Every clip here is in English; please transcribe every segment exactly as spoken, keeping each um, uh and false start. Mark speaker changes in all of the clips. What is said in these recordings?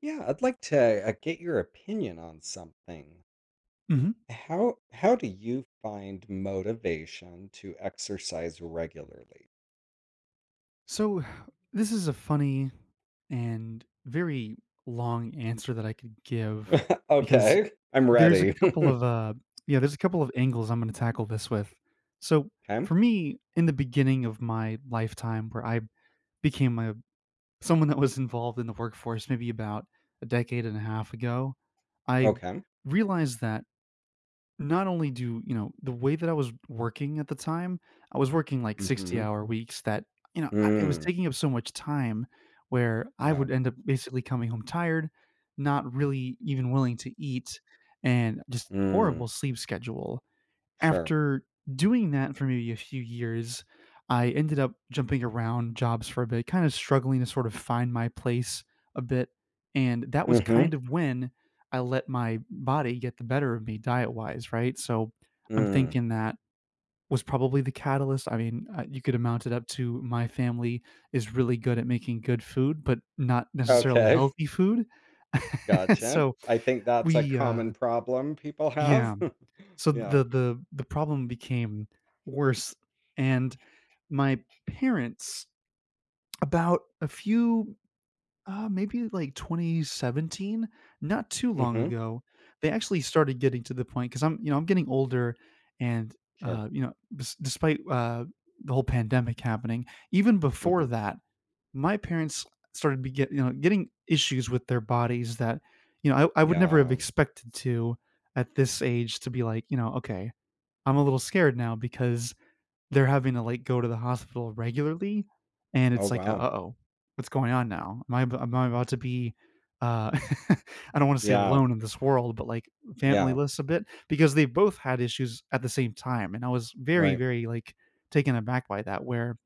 Speaker 1: Yeah, I'd like to uh, get your opinion on something.
Speaker 2: Hmm.
Speaker 1: How how do you find motivation to exercise regularly?
Speaker 2: So this is a funny and very long answer that I could give because
Speaker 1: Okay, I'm
Speaker 2: there's a
Speaker 1: ready.
Speaker 2: couple of uh yeah there's a couple of angles I'm going to tackle this with. So
Speaker 1: Okay.
Speaker 2: for me, in the beginning of my lifetime, where I became a someone that was involved in the workforce, maybe about a decade and a half ago, I
Speaker 1: Okay.
Speaker 2: realized that not only do you know, the way that I was working at the time, I was working, like,
Speaker 1: Mm-hmm.
Speaker 2: sixty-hour weeks that, you know, I it was
Speaker 1: Mm.
Speaker 2: taking up so much time where I
Speaker 1: Yeah.
Speaker 2: would end up basically coming home tired, not really even willing to eat, and just
Speaker 1: Mm.
Speaker 2: horrible sleep schedule.
Speaker 1: Sure.
Speaker 2: After doing that for maybe a few years, I ended up jumping around jobs for a bit, kind of struggling to sort of find my place a bit, and that was
Speaker 1: Mm-hmm.
Speaker 2: kind of when I let my body get the better of me diet-wise, right? So, I'm
Speaker 1: Mm.
Speaker 2: thinking that was probably the catalyst. I mean, uh, you could amount it up to my family is really good at making good food, but not necessarily
Speaker 1: Okay.
Speaker 2: healthy food.
Speaker 1: Gotcha.
Speaker 2: So
Speaker 1: I think that's a
Speaker 2: we, uh
Speaker 1: common problem people
Speaker 2: yeah.
Speaker 1: have.
Speaker 2: So
Speaker 1: Yeah.
Speaker 2: the the the problem became worse, and my parents about a few uh, maybe like twenty seventeen, not too long
Speaker 1: Mm-hmm.
Speaker 2: ago, they actually started getting to the point because I'm you know I'm getting older, and
Speaker 1: Sure.
Speaker 2: uh, you know des- despite uh, the whole pandemic happening, even before
Speaker 1: Mm-hmm.
Speaker 2: that, my parents started be get, you know getting issues with their bodies that you know I, I would never have
Speaker 1: Yeah.
Speaker 2: expected to at this age to be like you know okay, I'm a little scared now because they're having to, like, go to the hospital regularly, and
Speaker 1: Oh,
Speaker 2: it's like,
Speaker 1: wow.
Speaker 2: "Uh-oh, what's going on now? Am I ab am I about to be, uh" I don't wanna say
Speaker 1: Yeah.
Speaker 2: alone in this world, but, like,
Speaker 1: Yeah.
Speaker 2: familyless a bit because they both had issues at the same time, and I was very,
Speaker 1: Right.
Speaker 2: very, like, taken aback by that where,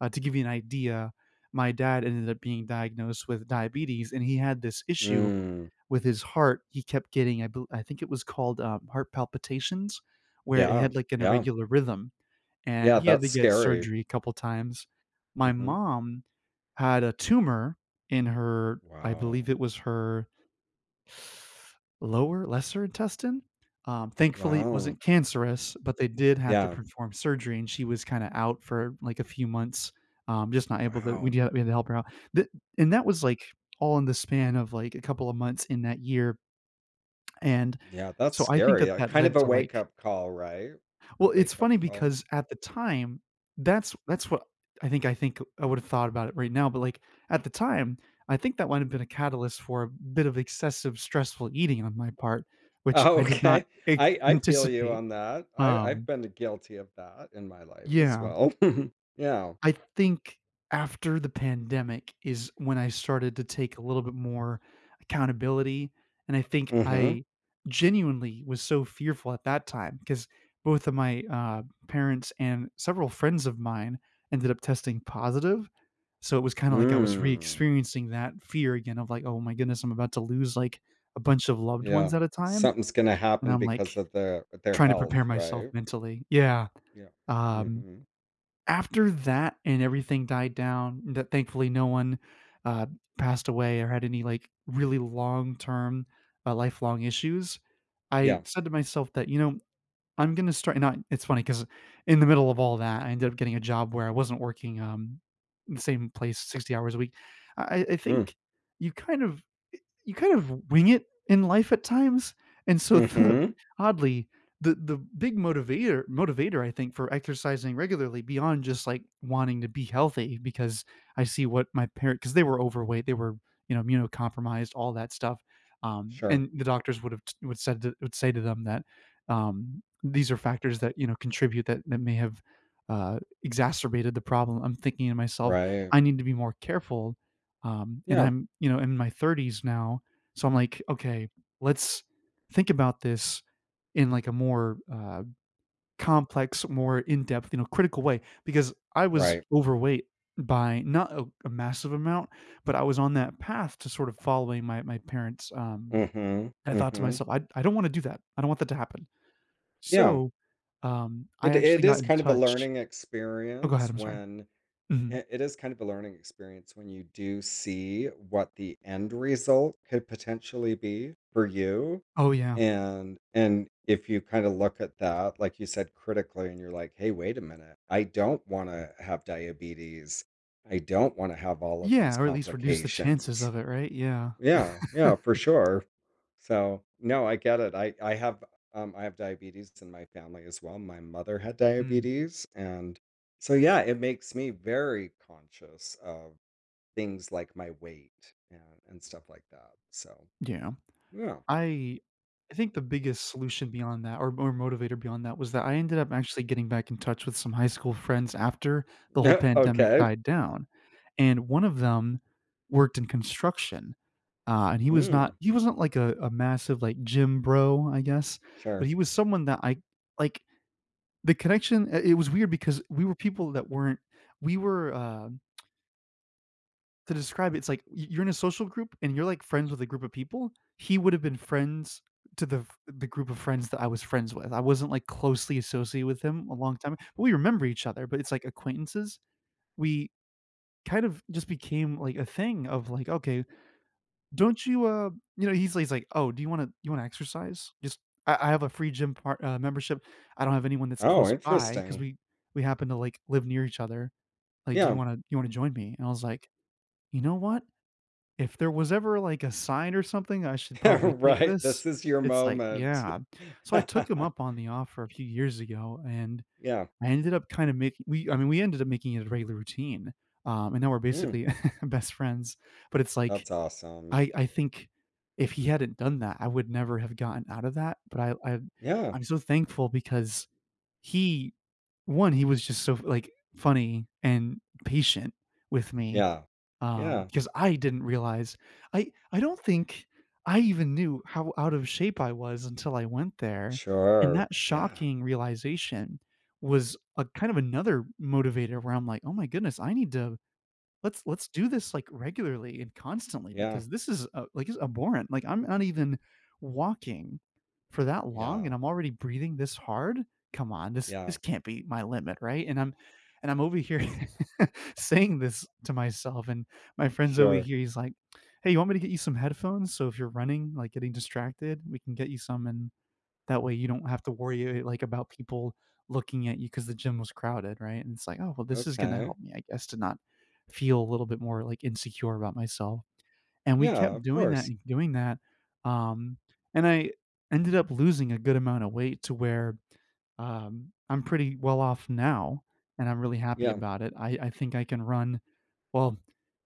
Speaker 2: uh, to give you an idea, my dad ended up being diagnosed with diabetes, and he had this issue
Speaker 1: Mm.
Speaker 2: with his heart. He kept getting, I bel I think it was called, um, heart palpitations, where it
Speaker 1: Yeah,
Speaker 2: had, like, an
Speaker 1: yeah,
Speaker 2: irregular rhythm, and
Speaker 1: yeah,
Speaker 2: he had
Speaker 1: that's
Speaker 2: to get
Speaker 1: scary.
Speaker 2: surgery a couple times. My
Speaker 1: Mhm.
Speaker 2: mom had a tumor in her, I believe it
Speaker 1: Wow.
Speaker 2: was her lower lesser intestine. Um, thankfully, it
Speaker 1: Wow.
Speaker 2: wasn't cancerous, but they did have to
Speaker 1: Yeah,
Speaker 2: perform surgery, and she was kinda out for, like, a few months, um, just not able to we
Speaker 1: wow.
Speaker 2: do we had to help her out. Th And that was, like, all in the span of, like, a couple of months in that year, and
Speaker 1: Yeah, that's
Speaker 2: so I think that
Speaker 1: scary. Uh,
Speaker 2: that
Speaker 1: kind of
Speaker 2: led
Speaker 1: a
Speaker 2: to, like,
Speaker 1: wake-up call, right?
Speaker 2: well, it's
Speaker 1: Wake-up
Speaker 2: funny
Speaker 1: call.
Speaker 2: because at the time, that's that's what I think I think I would've thought about it right now, but, like, at the time, I think that might have been a catalyst for a bit of excessive stressful eating on my part, which
Speaker 1: Oh,
Speaker 2: I did not
Speaker 1: okay.
Speaker 2: ac
Speaker 1: I I feel you
Speaker 2: anticipate.
Speaker 1: on that. I I've
Speaker 2: Um
Speaker 1: been guilty of that in my life as
Speaker 2: Yeah.
Speaker 1: well. Yeah.
Speaker 2: I think after the pandemic is when I started to take a little bit more accountability, and I think
Speaker 1: Mhm.
Speaker 2: I genuinely was so fearful at that time because both of my uh, parents and several friends of mine ended up testing positive. So it was kind of like I was
Speaker 1: Mm.
Speaker 2: re-experiencing that fear again of like, oh my goodness, I'm about to lose like a bunch of loved ones
Speaker 1: Yeah.
Speaker 2: at a time,
Speaker 1: Something's gonna
Speaker 2: and
Speaker 1: happen
Speaker 2: I'm like
Speaker 1: because of their their
Speaker 2: trying to
Speaker 1: health,
Speaker 2: prepare myself
Speaker 1: right?
Speaker 2: mentally. Yeah.
Speaker 1: Yeah.
Speaker 2: Um,
Speaker 1: Mhm.
Speaker 2: after that and everything died down, that thankfully no one, uh, passed away or had any, like, really long-term, uh, lifelong issues, I
Speaker 1: Yeah.
Speaker 2: said to myself that, you know, I'm gonna start, and I it's funny because in the middle of all that, I ended up getting a job where I wasn't working, um, in the same place sixty hours a week. I I
Speaker 1: Mm.
Speaker 2: think you kind of you kind of wing it in life at times. And so the
Speaker 1: Mhm.
Speaker 2: oddly, the the big motivator motivator I think for exercising regularly beyond just like wanting to be healthy because I see what my parent because they were overweight, they were, you know, immunocompromised, all that stuff. Um,
Speaker 1: Sure.
Speaker 2: and the doctors would have would said to, would say to them that um, these are factors that you know contribute that that may have uh, exacerbated the problem. I'm thinking to myself,
Speaker 1: Right.
Speaker 2: I need to be more careful, um, and
Speaker 1: Yeah.
Speaker 2: I'm, you know, in my thirties now, so I'm like, "Okay, let's think about this in, like, a more, uh, complex, more in-depth, you know, critical way," because I was
Speaker 1: Right.
Speaker 2: overweight by not a a massive amount, but I was on that path to sort of following my my parents, um,
Speaker 1: Mhm,
Speaker 2: and I thought to
Speaker 1: mhm.
Speaker 2: myself, "I I don't wanna do that. I don't want that to happen."
Speaker 1: Yeah,
Speaker 2: So, um, I
Speaker 1: it
Speaker 2: actually
Speaker 1: it
Speaker 2: got
Speaker 1: is
Speaker 2: in
Speaker 1: kind of a
Speaker 2: touch.
Speaker 1: learning
Speaker 2: Oh, go ahead,
Speaker 1: experience
Speaker 2: I'm sorry.
Speaker 1: when
Speaker 2: Mhm.
Speaker 1: I it is kind of a learning experience when you do see what the end result could potentially be for you,
Speaker 2: Oh, yeah.
Speaker 1: and and if you kinda look at that, like you said, critically, and you're like, "Hey, wait a minute. I don't wanna have diabetes. I don't wanna have all of these
Speaker 2: Yeah, or at least reduce the chances
Speaker 1: complications."
Speaker 2: of it, right? Yeah.
Speaker 1: Yeah, yeah, for sure. So, no, I get it. I I have um I have diabetes in my family as well. My mother had
Speaker 2: Mm.
Speaker 1: diabetes and so yeah, it makes me very conscious of things like my weight and and stuff like that. So,
Speaker 2: Yeah.
Speaker 1: yeah.
Speaker 2: I I think the biggest solution beyond that or or motivator beyond that was that I ended up actually getting back in touch with some high school friends after the whole pandemic
Speaker 1: Okay.
Speaker 2: died down, and one of them worked in construction, uh, and he was not
Speaker 1: Mm,
Speaker 2: he wasn't like a a massive, like, gym bro, I guess, but
Speaker 1: sure.
Speaker 2: he was someone that I like, the connection, I it was weird because we were people that weren't we were, uh to describe it, it's like y- you're in a social group and you're like friends with a group of people. He would have been friends to the f- the group of friends that I was friends with. I wasn't like closely associated with him a long time. But we remember each other, but it's like acquaintances. We kind of just became like a thing of like, okay, don't you uh you know, he's, he's like, "Oh, do you want to you want to exercise? Just I, I have a free gym part, uh, membership. I don't have anyone that's
Speaker 1: Oh,
Speaker 2: close by because
Speaker 1: interesting.
Speaker 2: we we happen to like live near each other. Like, do you
Speaker 1: Yeah.
Speaker 2: want to you want to join me?" And I was like, you know what? If there was ever, like, a sign or something, I should probably take
Speaker 1: Right.
Speaker 2: this.
Speaker 1: This is your
Speaker 2: It's like
Speaker 1: moment.
Speaker 2: yeah. So I took him up on the offer a few years ago, and
Speaker 1: Yeah.
Speaker 2: I ended up kinda making we I mean, we ended up making it a regular routine, um, and now we're
Speaker 1: Mm,
Speaker 2: basically best friends. But it's like,
Speaker 1: that's awesome.
Speaker 2: I I think if he hadn't done that, I would never have gotten out of that, but I I
Speaker 1: Yeah.
Speaker 2: I'm so thankful because he, one, he was just so, like, funny and patient with me,
Speaker 1: Yeah.
Speaker 2: um,
Speaker 1: Yeah.
Speaker 2: because I didn't realize I I don't think I even knew how out of shape I was until I went there, and
Speaker 1: Sure.
Speaker 2: that
Speaker 1: Yeah.
Speaker 2: shocking realization was a kind of another motivator where I'm like, "Oh my goodness, I need to let's let's do this like regularly and constantly
Speaker 1: Yeah.
Speaker 2: because this is uh, like it's abhorrent. Like I'm not even walking for that long and
Speaker 1: Yeah.
Speaker 2: I'm already breathing this hard. Come on, this this
Speaker 1: Yeah.
Speaker 2: can't be my limit, right? And I'm and I'm over here saying this to myself, and my friend's over
Speaker 1: Sure.
Speaker 2: here. He's like, "Hey, you want me to get you some headphones? So if you're running, like getting distracted, we can get you some, and that way you don't have to worry, like, about people looking at you because the gym was crowded," right? And it's like, "Oh, well, this is gonna
Speaker 1: Okay.
Speaker 2: help me, I guess, to not feel a little bit more, like, insecure about myself." And we
Speaker 1: Yeah,
Speaker 2: kept
Speaker 1: of
Speaker 2: doing that
Speaker 1: course.
Speaker 2: and doing that, um, and I ended up losing a good amount of weight to where, um, I'm pretty well off now, and I'm really happy
Speaker 1: Yeah.
Speaker 2: about it. I I think I can run, well,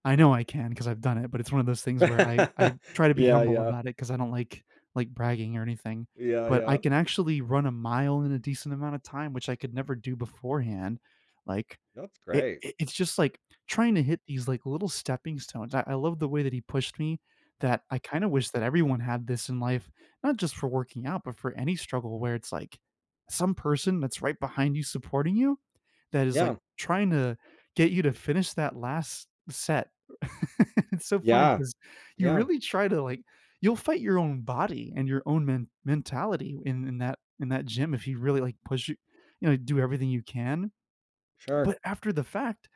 Speaker 2: I know I can because 'cause I've done it, but it's one of those things where I I try to be
Speaker 1: Yeah,
Speaker 2: humble
Speaker 1: yeah.
Speaker 2: about it because I don't like like bragging or anything,
Speaker 1: Yeah,
Speaker 2: but I
Speaker 1: yeah.
Speaker 2: can actually run a mile in a decent amount of time, which I could never do beforehand, like
Speaker 1: That's
Speaker 2: it
Speaker 1: great.
Speaker 2: it it's just, like, trying to hit these, like, little stepping stones. I I love the way that he pushed me that I kinda wish that everyone had this in life, not just for working out, but for any struggle where it's, like, some person that's right behind you supporting you that is, like,
Speaker 1: Yeah.
Speaker 2: trying to get you to finish that last set. It's so funny
Speaker 1: Yeah.
Speaker 2: because you
Speaker 1: Yeah.
Speaker 2: really try to, like, you'll fight your own body and your own men mentality in in that in that gym if you really, like, push you. You know, do everything you can,
Speaker 1: Sure.
Speaker 2: but after the fact,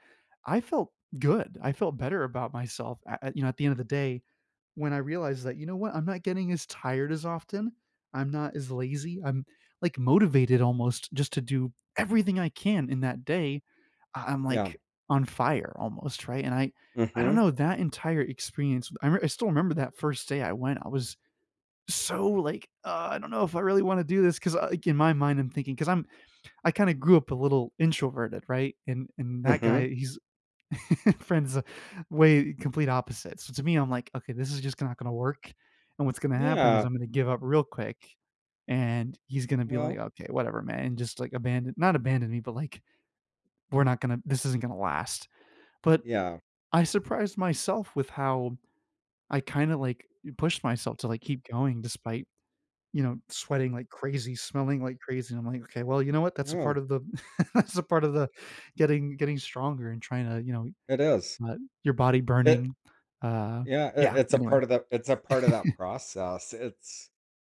Speaker 2: I felt good. I felt better about myself a at you know, at the end of the day when I realized that, you know what? I'm not getting as tired as often. I'm not as lazy. I'm, like, motivated almost just to do everything I can in that day. I I'm,
Speaker 1: Yeah.
Speaker 2: like, on fire almost, right? And I I don't
Speaker 1: Mhm.
Speaker 2: know, that entire experience I re I still remember that first day I went. I was so, like, "Uh, I don't know if I really wanna do this," 'cause, uh, like, in my mind, I'm thinking 'cause I'm I am thinking because i am i kind of grew up a little introverted, right? And and that guy,
Speaker 1: Mhm.
Speaker 2: he's friends uh, way complete opposite. So to me, I'm like, "Okay, this is just not gonna work, and what's gonna happen is
Speaker 1: Yeah.
Speaker 2: I'm gonna give up real quick, and he's gonna be like,
Speaker 1: Well,
Speaker 2: "Okay, whatever, man," and just, like, abandon not abandon me, but, like, "We're not gonna this isn't gonna last." But
Speaker 1: yeah.
Speaker 2: I surprised myself with how I kinda, like, pushed myself to, like, keep going despite, you know, sweating like crazy, smelling like crazy, and I'm like, "Okay, well, you know what? That's a part
Speaker 1: No,
Speaker 2: of the That's a part of the getting getting stronger and trying to, you know,
Speaker 1: it is.
Speaker 2: but your body
Speaker 1: It
Speaker 2: burning, uh
Speaker 1: Yeah, it,
Speaker 2: yeah,
Speaker 1: it's a
Speaker 2: anyway,
Speaker 1: part of the it's a part of that process. It's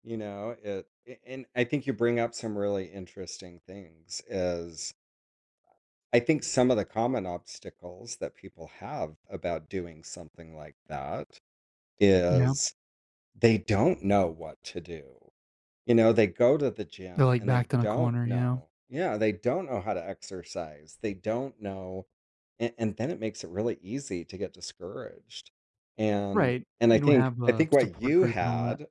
Speaker 1: you know, it a- And I think you bring up some really interesting things is I think some of the common obstacles that people have about doing something like that
Speaker 2: yeah,
Speaker 1: is they don't know what to do. You know, they go to the
Speaker 2: they're,
Speaker 1: gym
Speaker 2: like,
Speaker 1: and they
Speaker 2: backed in a
Speaker 1: don't
Speaker 2: corner, you know?
Speaker 1: know. Yeah, they don't know how to exercise. They don't know and, and then it makes it really easy to get discouraged. And
Speaker 2: Right,
Speaker 1: and I
Speaker 2: you don't
Speaker 1: think
Speaker 2: have
Speaker 1: I
Speaker 2: a
Speaker 1: think what
Speaker 2: support
Speaker 1: you
Speaker 2: group and all that.
Speaker 1: had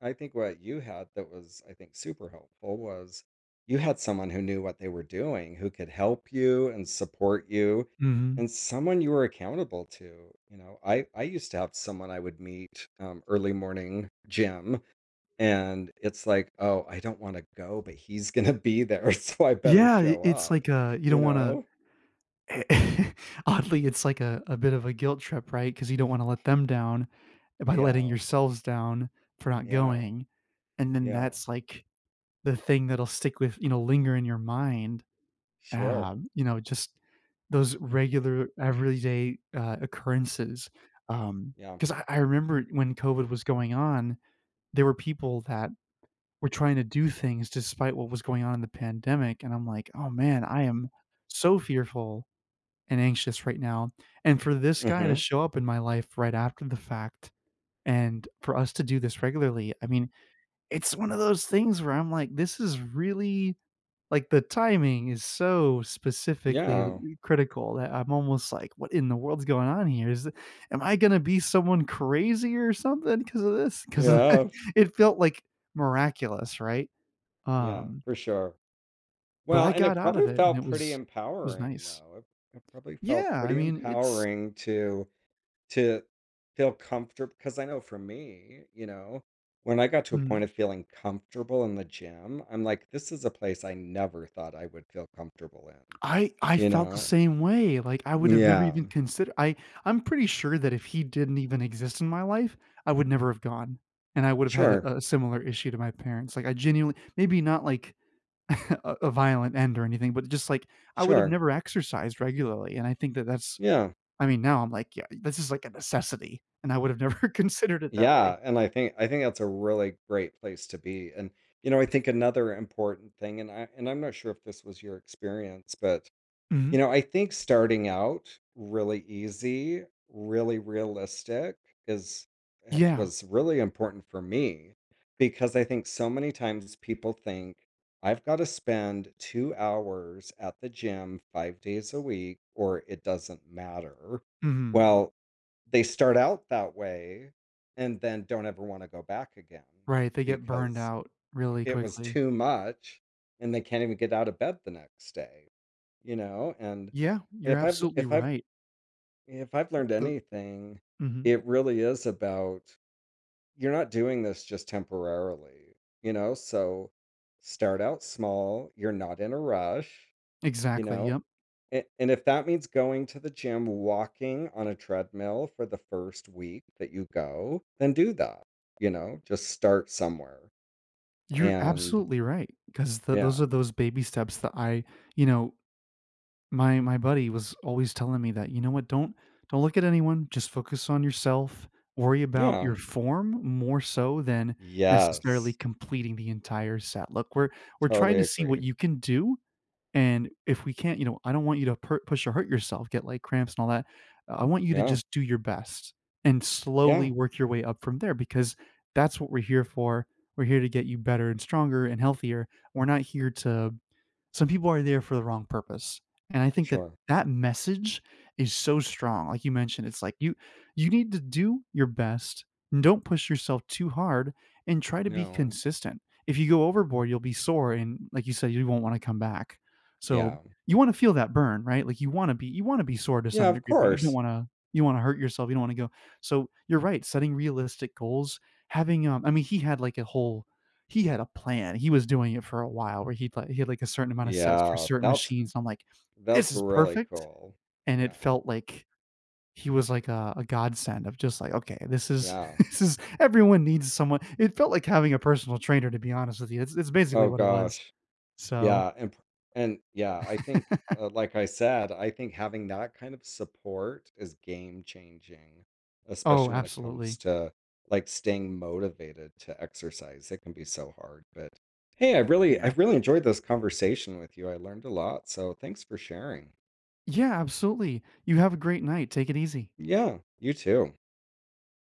Speaker 1: I think what you had that was, I think, super helpful was you had someone who knew what they were doing, who could help you and support you,
Speaker 2: Mhm.
Speaker 1: and someone you were accountable to. You know, I I used to have someone I would meet um, early morning gym, and it's like, oh, I don't want to go, but he's gonna be there, so I better
Speaker 2: Yeah, I
Speaker 1: show
Speaker 2: it's
Speaker 1: up.
Speaker 2: like, a you
Speaker 1: You
Speaker 2: don't wanna
Speaker 1: know?
Speaker 2: oddly, it's like a a bit of a guilt trip, right? Because you don't wanna let them down by letting
Speaker 1: Yeah,
Speaker 2: yourselves down for not
Speaker 1: yeah,
Speaker 2: going, and then
Speaker 1: yeah,
Speaker 2: that's, like, the thing that'll stick with you know, linger in your mind.
Speaker 1: sure,
Speaker 2: Um, you know, just those regular everyday, uh, occurrences,
Speaker 1: yeah,
Speaker 2: because I I remember when COVID was going on, there were people that were trying to do things despite what was going on in the pandemic, and I'm like, "Oh, man, I am so fearful and anxious right now," and for this guy to
Speaker 1: hmm,
Speaker 2: show up in my life right after the fact and for us to do this regularly, I mean, it's one of those things where I'm like, "This is really like, the timing is so specifically
Speaker 1: yeah,
Speaker 2: critical that I'm almost like, "What in the world's going on here? Is am I gonna be someone crazy or something because of this? Because
Speaker 1: yeah,
Speaker 2: it felt, like, miraculous, right?
Speaker 1: yeah,
Speaker 2: Um,
Speaker 1: for sure.
Speaker 2: but
Speaker 1: Well,
Speaker 2: I
Speaker 1: and it
Speaker 2: got out of
Speaker 1: probably
Speaker 2: it, and
Speaker 1: felt
Speaker 2: it
Speaker 1: pretty
Speaker 2: was was
Speaker 1: empowering
Speaker 2: nice.
Speaker 1: though. It, it probably felt
Speaker 2: Yeah, I
Speaker 1: pretty
Speaker 2: mean, it's
Speaker 1: empowering to to feel comfortable because I know for me, you know, when I got to a
Speaker 2: mhm.
Speaker 1: point of feeling comfortable in the gym, I'm like, this is a place I never thought I would feel comfortable in,
Speaker 2: I I
Speaker 1: you
Speaker 2: felt the
Speaker 1: know?
Speaker 2: same way, like, I would have never
Speaker 1: Yeah.
Speaker 2: even considered. I I'm pretty sure that if he didn't even exist in my life, I would never have gone, and I would have had
Speaker 1: Sure.
Speaker 2: a a similar issue to my parents, like, I genuinely maybe not, like, a a violent end or anything, but just, like, I would have
Speaker 1: Sure.
Speaker 2: never exercised regularly, and I think that that's
Speaker 1: Yeah.
Speaker 2: I mean, now I'm like, "Yeah, this is, like, a necessity," and I would have never considered it that way.
Speaker 1: Yeah, and I think I think that's a really great place to be. And you know, I think another important thing and I and I'm not sure if this was your experience, but
Speaker 2: Mhm.
Speaker 1: you know, I think starting out really easy, really realistic is uh,
Speaker 2: Yeah.
Speaker 1: was really important for me because I think so many times people think I've got to spend two hours at the gym five days a week or it doesn't matter.
Speaker 2: Mhm.
Speaker 1: Well, they start out that way and then don't ever want to go back again
Speaker 2: Right, they get burned
Speaker 1: because
Speaker 2: out really
Speaker 1: it was
Speaker 2: quickly.
Speaker 1: too much and they can't even get out of bed the next day. You know, and
Speaker 2: Yeah,
Speaker 1: and
Speaker 2: you're
Speaker 1: if I've
Speaker 2: absolutely
Speaker 1: if I've
Speaker 2: right.
Speaker 1: if I've learned
Speaker 2: The
Speaker 1: anything,
Speaker 2: mhm.
Speaker 1: it really is about you're not doing this just temporarily, you know? So start out small, you're not in a rush, you
Speaker 2: Exactly,
Speaker 1: know?
Speaker 2: yep.
Speaker 1: And, and if that means going to the gym, walking on a treadmill for the first week that you go, then do that, you know? Just start somewhere.
Speaker 2: You're
Speaker 1: And
Speaker 2: absolutely right, 'cause th
Speaker 1: yeah,
Speaker 2: those are those baby steps that I, you know, my my buddy was always telling me that, "You know what? Don't don't look at anyone, just focus on yourself, worry about
Speaker 1: yeah,
Speaker 2: your form more so than necessarily
Speaker 1: yes,
Speaker 2: completing the entire set." Look, we're we're trying
Speaker 1: totally
Speaker 2: to see what
Speaker 1: agree.
Speaker 2: you can do. And if we can't, you know, I don't want you to per push or hurt yourself, get, like, cramps and all that. I want you to
Speaker 1: Yeah,
Speaker 2: just do your best and slowly
Speaker 1: yeah,
Speaker 2: work your way up from there because that's what we're here for. We're here to get you better and stronger and healthier. We're not here to some people are there for the wrong purpose, and I think that
Speaker 1: sure.
Speaker 2: that message is so strong. Like you mentioned, it's like you you need to do your best, and don't push yourself too hard, and try to be
Speaker 1: No.
Speaker 2: consistent. If you go overboard, you'll be sore, and like you said, you won't wanna come back. So,
Speaker 1: Yeah.
Speaker 2: you wanna feel that burn, right? Like, you wanna be you wanna be sore to
Speaker 1: Yeah,
Speaker 2: some
Speaker 1: of
Speaker 2: degree, but you don't
Speaker 1: course.
Speaker 2: wanna you wanna hurt yourself, you don't wanna go so, you're right, setting realistic goals, having, um I mean, he had, like, a whole he had a plan. He was doing it for a while where he'd like he had, like, a certain amount of sets for
Speaker 1: Yeah,
Speaker 2: certain
Speaker 1: that's
Speaker 2: machines, and I'm like, "This
Speaker 1: that's
Speaker 2: is
Speaker 1: really
Speaker 2: perfect,"
Speaker 1: cool.
Speaker 2: and it
Speaker 1: Yeah.
Speaker 2: felt like he was like a a godsend of just like, "Okay, this is
Speaker 1: Yeah.
Speaker 2: this is everyone needs someone" it felt like having a personal trainer, to be honest with you. It's it's basically
Speaker 1: Oh
Speaker 2: what it was.
Speaker 1: gosh.
Speaker 2: So,
Speaker 1: Yeah, and p- and yeah, I think uh, like I said, I think having that kind of support is game changing,
Speaker 2: oh,
Speaker 1: especially when it comes
Speaker 2: absolutely.
Speaker 1: to like staying motivated to exercise. It can be so hard, but hey, I really I
Speaker 2: Yeah.
Speaker 1: really enjoyed this conversation with you. I learned a lot, so thanks for sharing.
Speaker 2: Yeah, absolutely. You have a great night. Take it easy.
Speaker 1: Yeah, you too.